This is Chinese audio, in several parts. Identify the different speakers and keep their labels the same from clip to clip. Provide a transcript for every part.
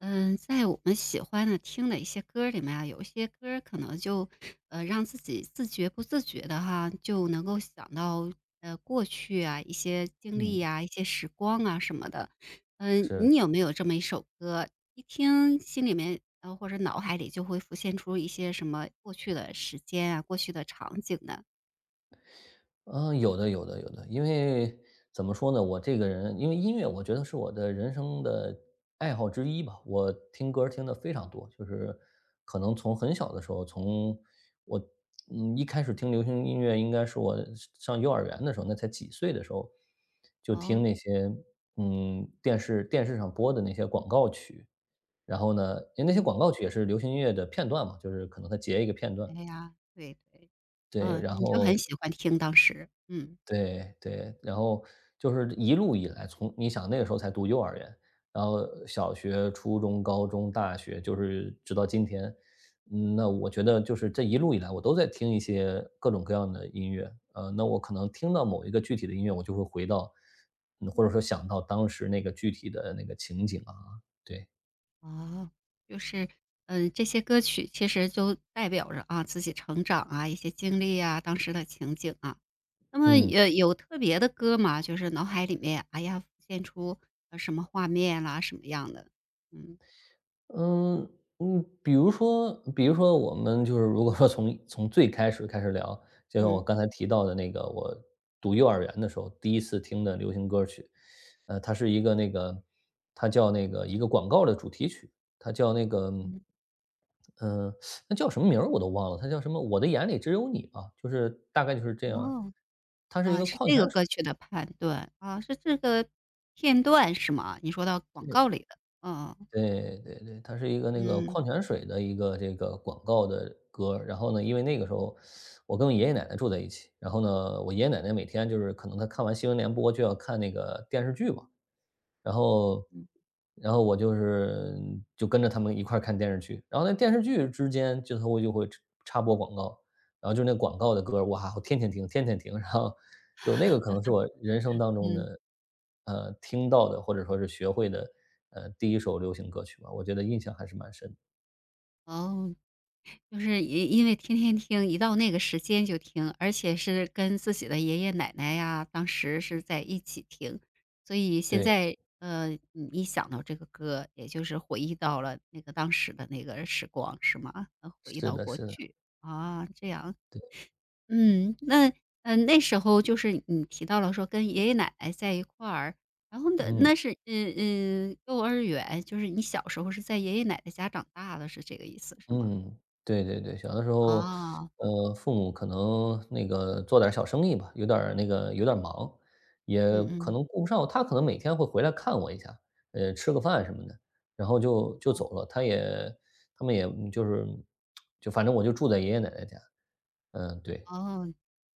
Speaker 1: 嗯，在我们喜欢的听的一些歌儿里面啊，有一些歌儿可能就，让自己自觉不自觉的哈，就能够想到，过去啊，一些经历
Speaker 2: 嗯，
Speaker 1: 呀，一些时光啊什么的。嗯，
Speaker 2: 是，
Speaker 1: 你有没有这么一首歌，一听心里面，或者脑海里就会浮现出一些什么过去的时间啊，过去的场景呢？
Speaker 2: 嗯，有的，有的，有的。因为怎么说呢，我这个人，因为音乐，我觉得是我的人生的爱好之一吧。我听歌儿听的非常多，就是可能从很小的时候，从我一开始听流行音乐，应该是我上幼儿园的时候，那才几岁的时候，就听
Speaker 1: 哦，
Speaker 2: 那些电视上播的那些广告曲，然后呢，因为那些
Speaker 1: 嗯，
Speaker 2: 广告曲也是流行音乐的片段嘛，就是可能它截一个片段，
Speaker 1: 哎呀，对对，
Speaker 2: 对，
Speaker 1: 嗯，
Speaker 2: 然
Speaker 1: 你就
Speaker 2: 后。
Speaker 1: 很喜欢听当时，嗯。
Speaker 2: 对对，然后就是一路以来，从你想那个时候才读幼儿园，然后小学、初中、高中、大学，就是直到今天。嗯，那我觉得就是这一路以来，我都在听一些各种各样的音乐。那我可能听到某一个具体的音乐，我就会回到，或者说想到当时那个具体的那个情景啊，对，
Speaker 1: 哦，就是，嗯，这些歌曲其实就代表着啊自己成长啊一些经历啊，当时的情景啊。那么
Speaker 2: 嗯。
Speaker 1: 有特别的歌吗？就是脑海里面哎呀浮现出什么画面啦，什么样的？嗯
Speaker 2: 嗯嗯，比如说我们就是如果说从最开始聊，就像我
Speaker 1: 嗯
Speaker 2: 刚才提到的那个，我读幼儿园的时候第一次听的流行歌曲，它是一个那个它叫那个一个广告的主题曲，它叫那个
Speaker 1: 嗯，
Speaker 2: 嗯，那叫什么名儿我都忘了，它叫什么？我的眼里只有你吧，就是大概就是这样。
Speaker 1: 哦，
Speaker 2: 它是一
Speaker 1: 啊
Speaker 2: 个
Speaker 1: 是
Speaker 2: 矿
Speaker 1: 这个
Speaker 2: 泉水。
Speaker 1: 歌曲的判断啊，是这个片段是吗？你说到广告里的，嗯
Speaker 2: 对对对，它是一个那个
Speaker 1: 嗯
Speaker 2: 矿泉水的一个这个广告的歌儿。然后呢，因为那个时候我跟我爷爷奶奶住在一起，然后呢，我爷爷奶奶每天就是可能他看完新闻联播就要看那个电视剧嘛，然后
Speaker 1: 嗯
Speaker 2: 然后我就是就跟着他们一块儿看电视剧，然后那电视剧之间就会插播广告，然后就那广告的歌儿哇，我天天听，天天听，然后就那个可能是我人生当中
Speaker 1: 嗯，
Speaker 2: 的，听到的或者说是学会的，第一首流行歌曲吧，我觉得印象还是蛮深的。
Speaker 1: 哦，就是因为天天听，一到那个时间就听，而且是跟自己的爷爷奶奶呀，当时是在一起听。所以现
Speaker 2: 对，
Speaker 1: 在，你一想到这个歌，也就是回忆到了那个当时的那个时光，是吗？回忆
Speaker 2: 是
Speaker 1: 到
Speaker 2: 的
Speaker 1: 过
Speaker 2: 是的，
Speaker 1: 去。啊，这样。嗯，那，嗯，那时候就是你提到了说跟爷爷奶奶在一块儿，然后那
Speaker 2: 嗯。
Speaker 1: 那是，嗯嗯，幼儿园，就是你小时候是在爷爷奶奶家长大的，是这个意思，是吗？
Speaker 2: 嗯，对对对，小的时候，
Speaker 1: 啊。
Speaker 2: 父母可能那个做点儿小生意吧，有点儿忙，也
Speaker 1: 嗯
Speaker 2: 可
Speaker 1: 嗯，
Speaker 2: 能顾不上我他可能每天会回来看我一下，吃个饭什么的，然后就走了。他也，他们也就是，就反正我就住在爷爷奶奶家。嗯，对。
Speaker 1: 哦，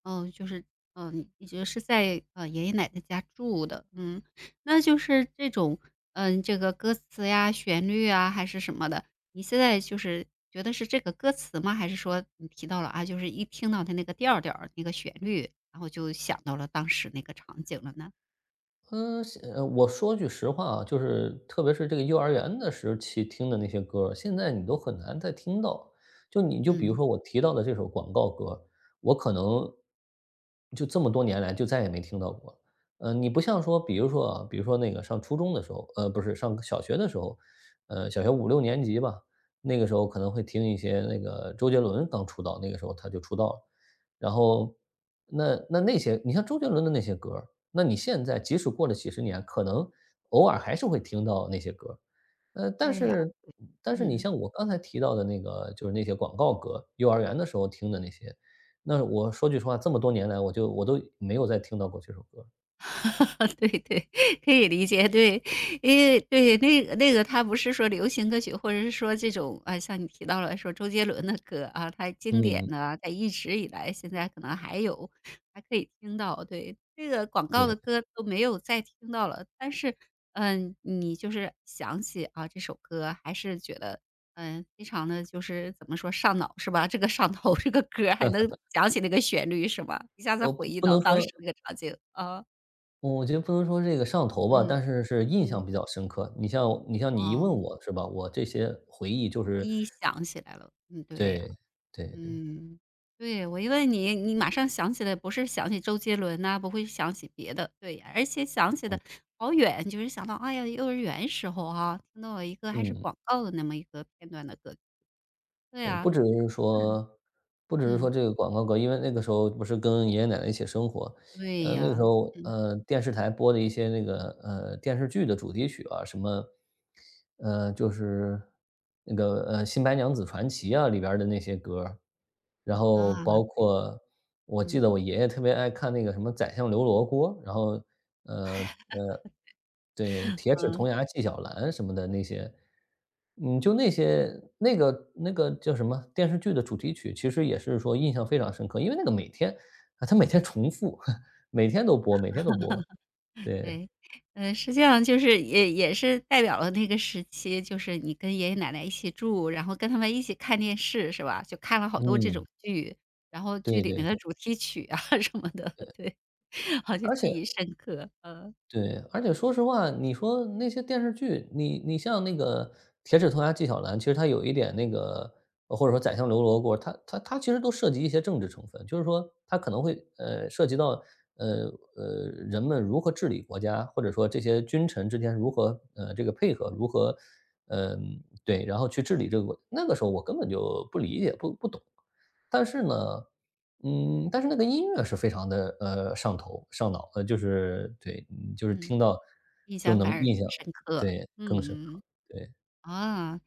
Speaker 1: 哦，就是，嗯，你觉得是在，爷爷奶奶家住的，嗯，那就是这种，嗯，这个歌词呀、旋律啊，还是什么的，你现在就是觉得是这个歌词吗？还是说你提到了啊，就是一听到它那个调儿调儿、那个旋律，然后就想到了当时那个场景了呢？
Speaker 2: 嗯，我说句实话啊，就是特别是这个幼儿园的时期听的那些歌儿现在你都很难再听到。就你就比如
Speaker 1: 嗯，
Speaker 2: 说我提到的这首广告歌，我可能就这么多年来就再也没听到过。你不像说，比如说啊，比如说那个上初中的时候，不是上小学的时候，小学五六年级吧，那个时候可能会听一些那个周杰伦刚出道，那个时候他就出道了。然后，那些你像周杰伦的那些歌儿那你现在即使过了几十年，可能偶尔还是会听到那些歌儿。呃，但
Speaker 1: 对呀，
Speaker 2: 是但是
Speaker 1: 嗯
Speaker 2: 你
Speaker 1: 嗯。
Speaker 2: 像我刚才提到的那个，就是那些广告歌，幼儿园的时候听的那些，那我说句实话，这么多年来，我都没有再听到过这首歌。
Speaker 1: 对对，可以理解。对，因为对那个他不是说流行歌曲，或者是说这种啊，像你提到了说周杰伦的歌啊，他经典
Speaker 2: 嗯，
Speaker 1: 的啊在一直以来现在可能还有，还可以听到。对，这个广
Speaker 2: 对，
Speaker 1: 告 的歌都没有再听到了，但是，嗯，你就是想起啊这首歌，还是觉得，嗯，非常的就是怎么说上脑是吧？这个上头，这个歌儿还能想起那个旋律是吧？一下子
Speaker 2: 不
Speaker 1: 回忆
Speaker 2: 不
Speaker 1: 到
Speaker 2: 能
Speaker 1: 当
Speaker 2: 说
Speaker 1: 时那个场景，啊。
Speaker 2: 我觉得不能说这个上头吧，
Speaker 1: 嗯
Speaker 2: 但是是印象
Speaker 1: 嗯，
Speaker 2: 比较深刻。你像你一问
Speaker 1: 哦，
Speaker 2: 我是吧，我这些回忆就是
Speaker 1: 第一想起来了，嗯，对呀，
Speaker 2: 对，对对。嗯。
Speaker 1: 嗯，对，我一问你，你马上想起来，不是想起周杰伦呐、不会想起别的，对呀，而且想起的好远，就是想到，哎呀，幼儿园时候啊，听到了一个还是
Speaker 2: 嗯，
Speaker 1: 广告的那么一个片段的歌，对
Speaker 2: 对，不
Speaker 1: 啊
Speaker 2: 只是
Speaker 1: 嗯
Speaker 2: 说不只是说
Speaker 1: 嗯
Speaker 2: 这个广告歌，因为那个时候不是跟爷爷奶奶一起生活，
Speaker 1: 对
Speaker 2: 那个时
Speaker 1: 呀，
Speaker 2: 候，电视台播的一些那个，电视剧的主题曲啊，什么，就是那个，《新白娘子传奇》啊里边儿的那些歌儿。然
Speaker 1: 嗯
Speaker 2: 后
Speaker 1: 啊
Speaker 2: 包括我记
Speaker 1: 嗯
Speaker 2: 得我爷爷特别爱看那个什么《宰相刘罗锅》，然后，呃，呃，对，《铁齿铜
Speaker 1: 嗯。
Speaker 2: 牙纪晓岚》什么的那些，就那些那个叫什么电视剧的主题曲，其实也是说印象非常深刻，因为那个每天啊，它每天重复。每天都播每天都播，对。
Speaker 1: 对，嗯，实际上就是也也是代表了那个时期，就是你跟爷爷奶奶一起住，然后跟他们一起看电视是吧？就看了好多这种
Speaker 2: 嗯，
Speaker 1: 剧，然后剧
Speaker 2: 对
Speaker 1: 里
Speaker 2: 对
Speaker 1: 面的
Speaker 2: 对，
Speaker 1: 主题曲啊 什么的，对，好像
Speaker 2: 而且
Speaker 1: 记忆深刻，呃，
Speaker 2: 对，而且说实话，你说那些电视剧，你像那个《铁齿铜牙纪晓岚》，其实它有一点那个或者说《宰相刘罗锅》，它其实都涉及一些政治成分，就是说它可能会，涉及到，呃，人们如何治理国家，或者说这些君臣之间如何，这个配合，如何嗯，呃，对，然后去治理这个国。那个时候我根本就不理解，不懂。但是呢但是那个音乐是非常的，上头上脑，就是对，就是
Speaker 1: 嗯，
Speaker 2: 听到
Speaker 1: 印
Speaker 2: 就
Speaker 1: 象
Speaker 2: 能
Speaker 1: 反而更
Speaker 2: 印象
Speaker 1: 深刻，
Speaker 2: 对，更深刻，
Speaker 1: 嗯，嗯
Speaker 2: 对，
Speaker 1: 啊。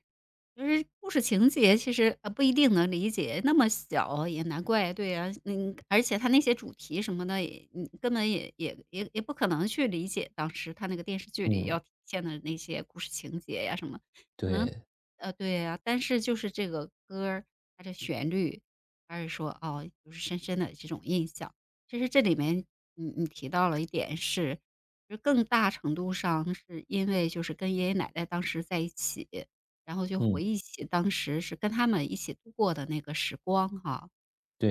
Speaker 1: 就是故事情节其实，不一定能理解，那么小也难怪，对呀，嗯，而且他那些主题什么的，也你根本也不可能去理解当时他那个电视剧里
Speaker 2: 嗯，
Speaker 1: 要体现的那些故事情节呀什么，可能
Speaker 2: 对，
Speaker 1: 对呀，但是就是这个歌儿，它的旋律，还是说，哦，就是深深的这种印象。其实这里面你提到了一点是，就更大程度上是因为就是跟爷爷奶奶当时在一起。然后就
Speaker 2: 嗯，
Speaker 1: 回忆起当时是跟他们一起度过的那个时光哈，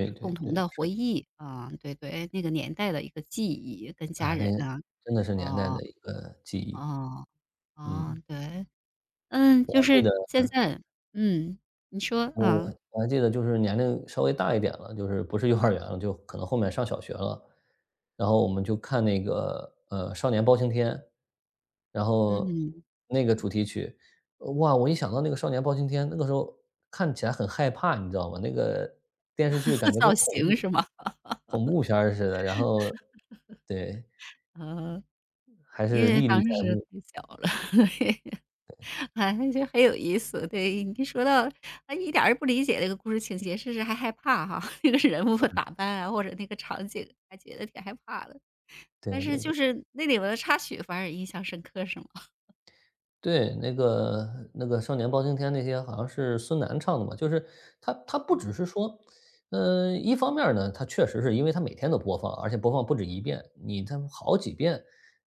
Speaker 1: 就是
Speaker 2: 对
Speaker 1: 共
Speaker 2: 对，
Speaker 1: 同的
Speaker 2: 是的，
Speaker 1: 回忆，啊，对对，那个年代的一个记忆，跟家
Speaker 2: 哎，那
Speaker 1: 人
Speaker 2: 个
Speaker 1: 啊，
Speaker 2: 真的是年代的
Speaker 1: 哦
Speaker 2: 一个记忆，
Speaker 1: 哦哦，
Speaker 2: 嗯，
Speaker 1: 对，嗯，
Speaker 2: 我
Speaker 1: 就
Speaker 2: 还记
Speaker 1: 是
Speaker 2: 得
Speaker 1: 现在嗯，你说，
Speaker 2: 我
Speaker 1: 啊，
Speaker 2: 我还记得就是年龄稍微大一点了，就是不是幼儿园了，就可能后面上小学了。然后我们就看那个，《少年包青天》，然后
Speaker 1: 嗯，
Speaker 2: 那个主
Speaker 1: 对
Speaker 2: 题曲，哇，我一想到那个《少年包青天》，那个时候看起来很害怕，你知道吗？那个电视剧感 觉跟
Speaker 1: 造
Speaker 2: 恐
Speaker 1: 型
Speaker 2: 怖
Speaker 1: 是吗？
Speaker 2: 恐怖片儿似的，然后对，
Speaker 1: 呃，
Speaker 2: 还
Speaker 1: 因
Speaker 2: 是
Speaker 1: 为
Speaker 2: 历历
Speaker 1: 当
Speaker 2: 在
Speaker 1: 时
Speaker 2: 目，
Speaker 1: 太小了，嘿。啊，就很有意思。对，你说到啊，一点儿也不理解那个故事情节，甚至还害怕哈，那个人物打扮啊，或者那个场景，还觉得挺害怕的。
Speaker 2: 对
Speaker 1: 但
Speaker 2: 对
Speaker 1: 是就
Speaker 2: 对。
Speaker 1: 是那里面的插曲反而印象深刻，是吗？
Speaker 2: 对，那个《少年包青天》那些好像是孙楠唱的嘛，就是他 不只
Speaker 1: 嗯。
Speaker 2: 是说，一方面儿呢，他确实是因为他每天都播放，而且播放不止一遍，他好几遍，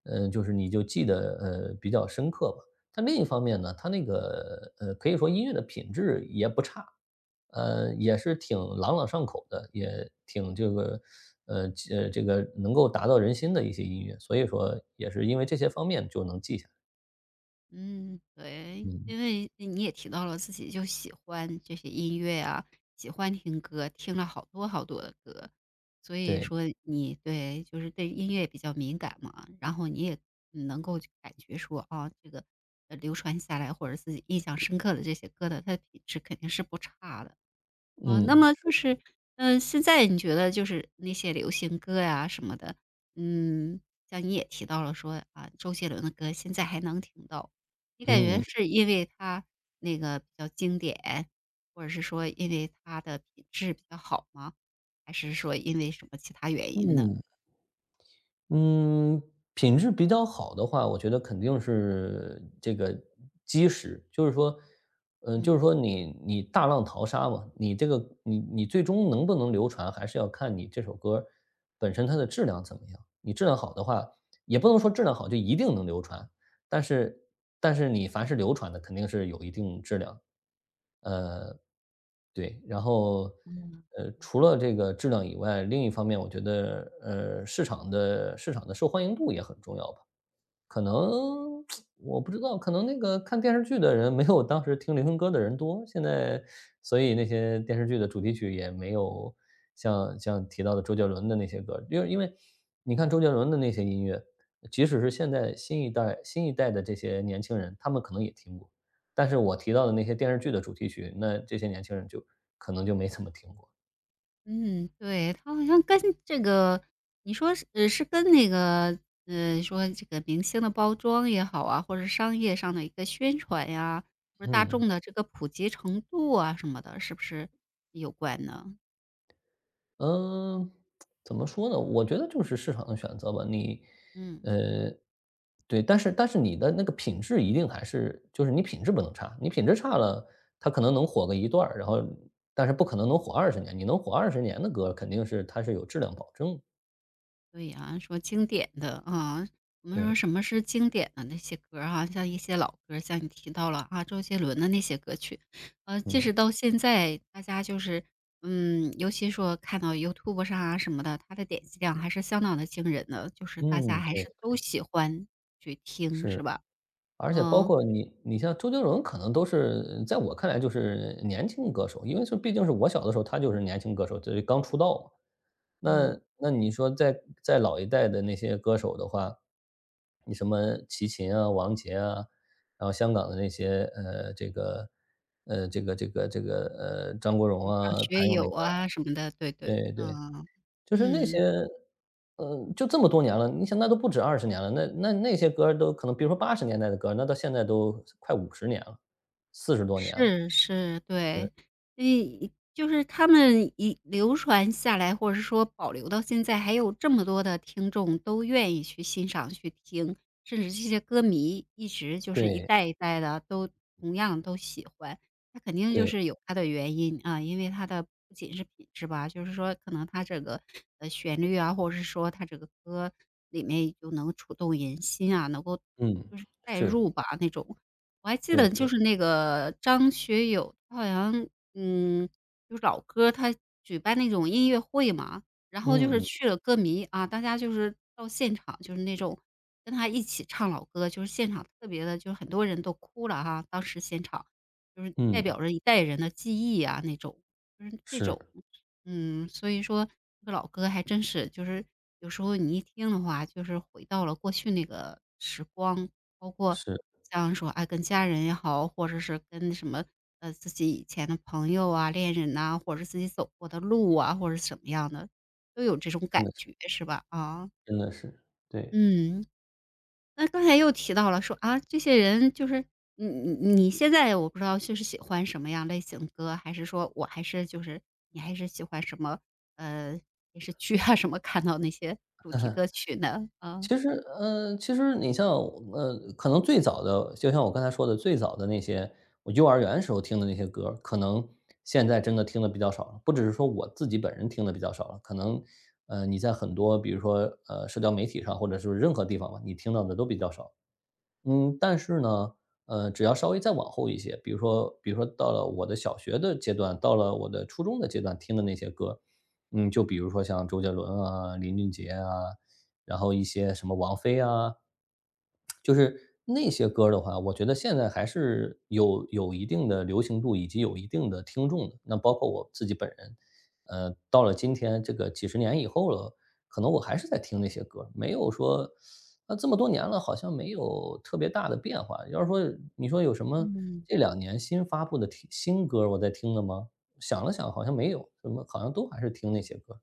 Speaker 2: 就是你就记得比较深刻吧。但另一方面呢，他那个可以说音乐的品质也不差，也是挺朗朗上口的，也挺呃这个能够达到人心的一些音乐，所以说也是因为这些方面就能记下来。
Speaker 1: 嗯，对，
Speaker 2: 嗯，
Speaker 1: 因为你也提到了自己就喜欢这些音乐啊，喜欢听歌，听了好多好多的歌，所以
Speaker 2: 对。
Speaker 1: 说你对就是对音乐比较敏感嘛，然后你也嗯能够去感觉说啊，这个流传下来或者自己印象深刻的这些歌的，它的品质肯定是不差的。哦，那
Speaker 2: 嗯，
Speaker 1: 么就是，嗯，现在你觉得就是那些流行歌呀、什么的，嗯，像你也提到了说啊，周杰伦的歌现在还能听到，你感觉
Speaker 2: 嗯
Speaker 1: 是因为他那个比较经典，或者是说因为他的品质比较好吗？还是说因为什么其他原因呢？
Speaker 2: 嗯嗯，品质比较好的话，我觉得肯定是这个基石。就是说，嗯，就是
Speaker 1: 嗯
Speaker 2: 说你大浪淘沙嘛，你这个你最终能不能流传，还是要看你这首歌本身它的质量怎么样。你质量好的话，也不能说质量好就一定能流传，但是但是你凡是流传的肯定是有一定质量。呃，对，然后，除了这个质量以外，另一方面我觉得，市场的受欢迎度也很重要吧。可能我不知道，可能那个看电视剧的人没有当时听流行歌的人多，现在所以那些电视剧的主题曲也没有像提到的周杰伦的那些歌，因为你看周杰伦的那些音乐，即使是现在新一代的这些年轻人，他们可能也听过，但是我提到的那些电视剧的主题曲，那这些年轻人就可能就没怎么听过，
Speaker 1: 嗯，对，他好像跟这个，你说是是跟那个，说这个明星的包装也好啊，或者商业上的一个宣传呀，或者大
Speaker 2: 嗯。
Speaker 1: 众的这个普及程度啊什么的，是不是有关呢？
Speaker 2: 嗯，怎么说呢？我觉得就是市场的选择吧。你，
Speaker 1: 嗯。
Speaker 2: 呃，对，但是你的那个品质一定还是，就是你品质不能差，你品质差了，它可能能火个一段儿，然后但是不可能能火20年。你能火20年的歌，肯定是它是有质量保证的。
Speaker 1: 对呀，说经典的啊，我们说
Speaker 2: 对，
Speaker 1: 什么是经典的那些歌儿哈，像一些老歌儿像你提到了啊，周杰伦的那些歌曲，即
Speaker 2: 嗯
Speaker 1: 使到现在，大家就是，嗯，尤其说看到 YouTube 上啊什么的，它的点击量还是相当的惊人的，就是大家
Speaker 2: 嗯，
Speaker 1: 还
Speaker 2: 对，
Speaker 1: 是都喜欢去听，是
Speaker 2: 是。
Speaker 1: 吧？
Speaker 2: 而且包
Speaker 1: 嗯
Speaker 2: 括你像周杰伦，可能都是在我看来就是年轻歌手，因为是毕竟是我小的时候，他就是年轻歌手，就是刚出道嘛。
Speaker 1: 嗯，
Speaker 2: 那你说在老一代的那些歌手的话，你什么齐秦啊、王杰啊，然后香港的那些呃这个这个这个张国荣
Speaker 1: 像
Speaker 2: 啊、谭
Speaker 1: 学
Speaker 2: 咏麟
Speaker 1: 友
Speaker 2: 啊，
Speaker 1: 啊什么的，对对，
Speaker 2: 对对，
Speaker 1: 嗯
Speaker 2: 就是那些，
Speaker 1: 嗯。
Speaker 2: 就这么多年了，你想那都不止二十年了，那那些歌儿都可能比如说80年代的歌儿那到现在都快50年了40多年了。
Speaker 1: 是是，对。嗯，就是他们一流传下来，或者是说保留到现在，还有这么多的听众都愿意去欣赏、去听，甚至这些歌迷一直就是一
Speaker 2: 对，
Speaker 1: 代一代的都同样都喜欢，那肯定就
Speaker 2: 对，
Speaker 1: 是有它的原因啊。因为它的不仅是品质吧，就是说可能它这个，旋律啊，或者是说它这个歌里面就能触动人心啊，能够
Speaker 2: 嗯，
Speaker 1: 就是代
Speaker 2: 是，
Speaker 1: 入吧那种。我还记
Speaker 2: 对
Speaker 1: 得
Speaker 2: 对，
Speaker 1: 就是那个张学友，他好像嗯，就是老歌，他举办那种音乐会嘛，然后
Speaker 2: 嗯
Speaker 1: 就是
Speaker 2: 嗯
Speaker 1: 去了歌迷啊，大家就是到现场，就是那种跟他一起唱老歌，就是现场特别的，就是很多人都哭了哈、当时现场就是代
Speaker 2: 嗯，
Speaker 1: 表着一代人的记忆啊，那种就是这
Speaker 2: 是，
Speaker 1: 种，嗯，所以说这个老歌还真是，就是有时候你一听的话，就是回到了过去那个时光。包括
Speaker 2: 是，
Speaker 1: 像说，哎，跟家人也好，或者是跟什么，自己以前的朋友啊、恋人呐、或者是自己走过的路啊，或者是什么样的，都有这种
Speaker 2: 真
Speaker 1: 感
Speaker 2: 的是
Speaker 1: 觉，是吧？啊，
Speaker 2: 真的是，对。
Speaker 1: 嗯，那刚才又提到了说，啊，这些人就是你现在我不知道就是喜欢什么样类型歌，还是说我还是就是你还是喜欢什么，呃，电视剧啊什么看到那些主题歌 曲呢？啊，
Speaker 2: 其实，你像，可能最早的，就像我刚才说的，最早的那些我幼儿园时候听的那些歌儿可能现在真的听的比较少了。不只是说我自己本人听的比较少了，可能，你在很多比如说，社交媒体上或者是任何地方吧，你听到的都比较少。嗯，但是呢，只要稍微再往后一些，比如说到了我的小学的阶段，到了我的初中的阶段听的那些歌，嗯，就比如说像周杰伦啊、林俊杰啊，然后一些什么王菲啊，就是那些歌儿的话，我觉得现在还是有一定的流行度，以及有一定的听众的。那包括我自己本人，到了今天这个几十年以后了，可能我还是在听那些歌儿没有说，那这么多年了，好像没有特别大的变化。要是说你说有什么
Speaker 1: 嗯。
Speaker 2: 这两年新发布的听新歌儿我在听的吗？想了想好像没有，什么好像都还是听那些歌儿。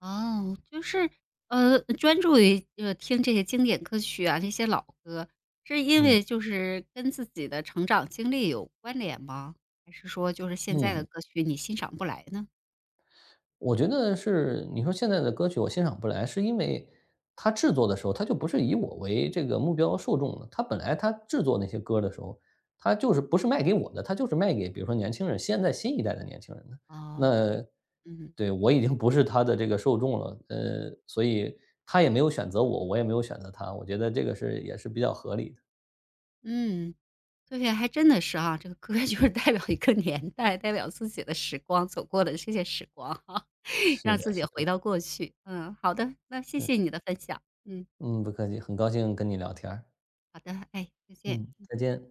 Speaker 1: 哦，就是，专注于，听这些经典歌曲啊，这些老歌，是因
Speaker 2: 嗯，
Speaker 1: 为就是跟自己的成长经历有关联吗？还是说就是现在的
Speaker 2: 嗯。
Speaker 1: 歌曲你欣赏不来呢？
Speaker 2: 我觉得是你说现在的歌曲我欣赏不来，是因为他制作的时候，他就不是以我为这个目标受众了。他本来制作那些歌的时候，他就是不是卖给我的，他就是卖给比如说年轻人，现在新一代的年轻人的。
Speaker 1: 哦，对，
Speaker 2: 那
Speaker 1: 嗯，
Speaker 2: 对，我已经不是他的这个受众了，所以他也没有选择我，我也没有选择他，我觉得这个是也是比较合理的。
Speaker 1: 嗯，对，还真的是啊，这个歌就是代表一个年代，代表自己的时光，走过的这些时光哈，
Speaker 2: 是
Speaker 1: 让
Speaker 2: 的，
Speaker 1: 自己回到过去。嗯，好的，那谢
Speaker 2: 嗯
Speaker 1: 谢你的分享。嗯，
Speaker 2: 嗯，不客气，很高兴跟你聊天儿，
Speaker 1: 好的，哎，再见。
Speaker 2: 嗯，再见。